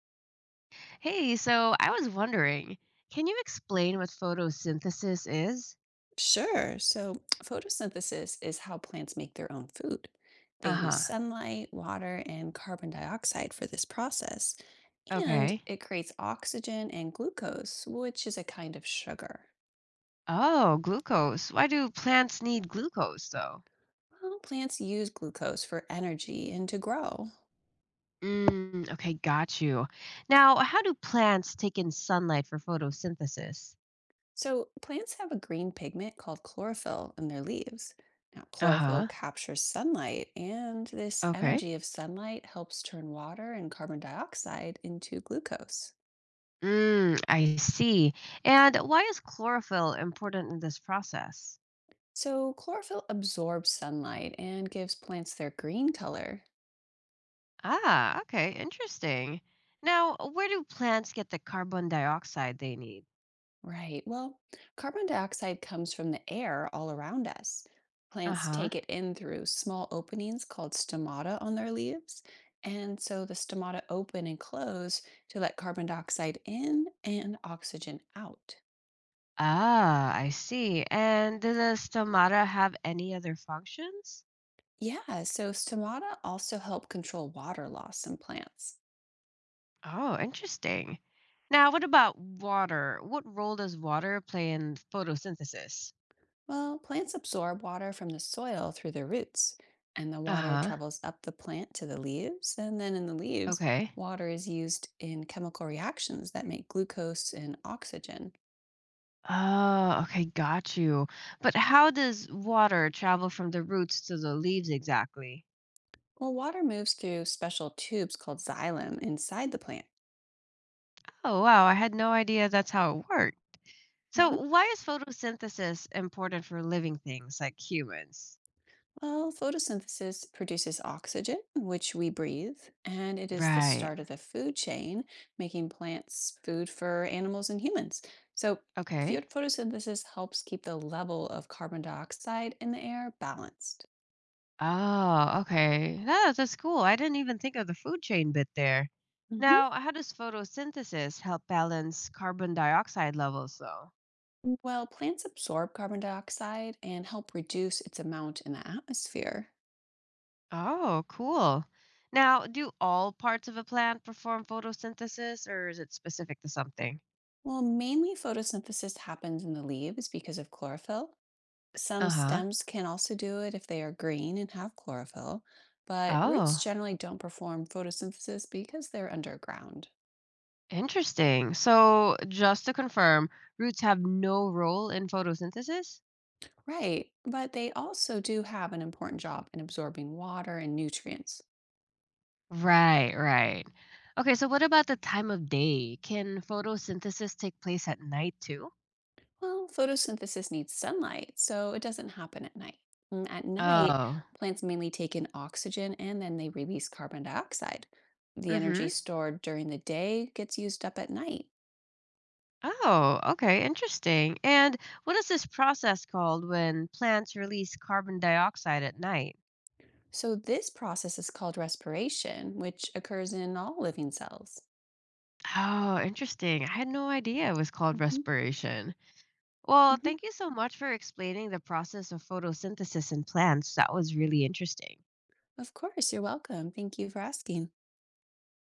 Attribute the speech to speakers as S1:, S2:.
S1: Hey, so I was wondering, can you explain what photosynthesis is?
S2: Sure. So photosynthesis is how plants make their own food. They
S1: Uh
S2: use
S1: huh.
S2: sunlight, water, and carbon dioxide for this process, and
S1: Okay.
S2: it creates oxygen and glucose, which is a kind of sugar.
S1: Oh, glucose. Why do plants need glucose, though?
S2: Well, plants use glucose for energy and to grow.
S1: Okay, got you. Now, how do plants take in sunlight for photosynthesis?
S2: So plants have a green pigment called chlorophyll in their leaves. Now,
S1: Uh
S2: chlorophyll
S1: huh.
S2: captures sunlight, and this
S1: Okay.
S2: energy of sunlight helps turn water and carbon dioxide into glucose.
S1: I see. And why is chlorophyll important in this process?
S2: So, chlorophyll absorbs sunlight and gives plants their green color.
S1: Ah, okay, interesting. Now, where do plants get the carbon dioxide they need?
S2: Right. Well, carbon dioxide comes from the air all around us.
S1: Uh
S2: Plants
S1: huh.
S2: take it in through small openings called stomata on their leaves. And so the stomata open and close to let carbon dioxide in and oxygen out.
S1: Ah, I see. And does the stomata have any other functions?
S2: Yeah, so stomata also help control water loss in plants.
S1: Oh, interesting. Now, what about water? What role does water play in photosynthesis?
S2: Well, plants absorb water from the soil through their roots, and the water
S1: Uh-huh.
S2: travels up the plant to the leaves. And then in the leaves,
S1: Okay.
S2: water is used in chemical reactions that make glucose and oxygen.
S1: Oh, okay, got you. But how does water travel from the roots to the leaves exactly?
S2: Well, water moves through special tubes called xylem inside the plant.
S1: Oh, wow, I had no idea that's how it worked.
S2: Mm-hmm.
S1: So, why is photosynthesis important for living things like humans?
S2: Well, photosynthesis produces oxygen, which we breathe, and it is the
S1: Right.
S2: start of the food chain, making plants food for animals and humans. So,
S1: Okay.
S2: photosynthesis helps keep the level of carbon dioxide in the air balanced.
S1: Oh, okay. No, that's cool. I didn't even think of the food chain bit there.
S2: Hmm.
S1: Now, how does photosynthesis help balance carbon dioxide levels, though?
S2: Well, plants absorb carbon dioxide and help reduce its amount in the atmosphere.
S1: Oh, cool. Now, do all parts of a plant perform photosynthesis, or is it specific to something?
S2: Well, mainly photosynthesis happens in the leaves because of chlorophyll.
S1: Uh
S2: Some
S1: huh.
S2: stems can also do it if they are green and have chlorophyll, but roots
S1: Oh,
S2: generally don't perform photosynthesis because they're underground.
S1: interesting. So, just to confirm, roots have no role in photosynthesis?
S2: Right, but they also do have an important job in absorbing water and nutrients.
S1: Right, right. Okay, so what about the time of day? Can photosynthesis take place at night too?
S2: Well, photosynthesis needs sunlight, so it doesn't happen at night. At night,
S1: Oh.
S2: plants mainly take in oxygen and then they release carbon dioxide. The energy
S1: Mhm.
S2: stored during the day gets used up at night.
S1: Oh, okay, interesting. And what is this process called when plants release carbon dioxide at night?
S2: So, this process is called respiration, which occurs in all living cells.
S1: Oh, interesting. I had no idea it was called
S2: Mhm,
S1: respiration. Well,
S2: mhm.
S1: thank you so much for explaining the process of photosynthesis in plants. That was really interesting.
S2: Of course, you're welcome. Thank you for asking.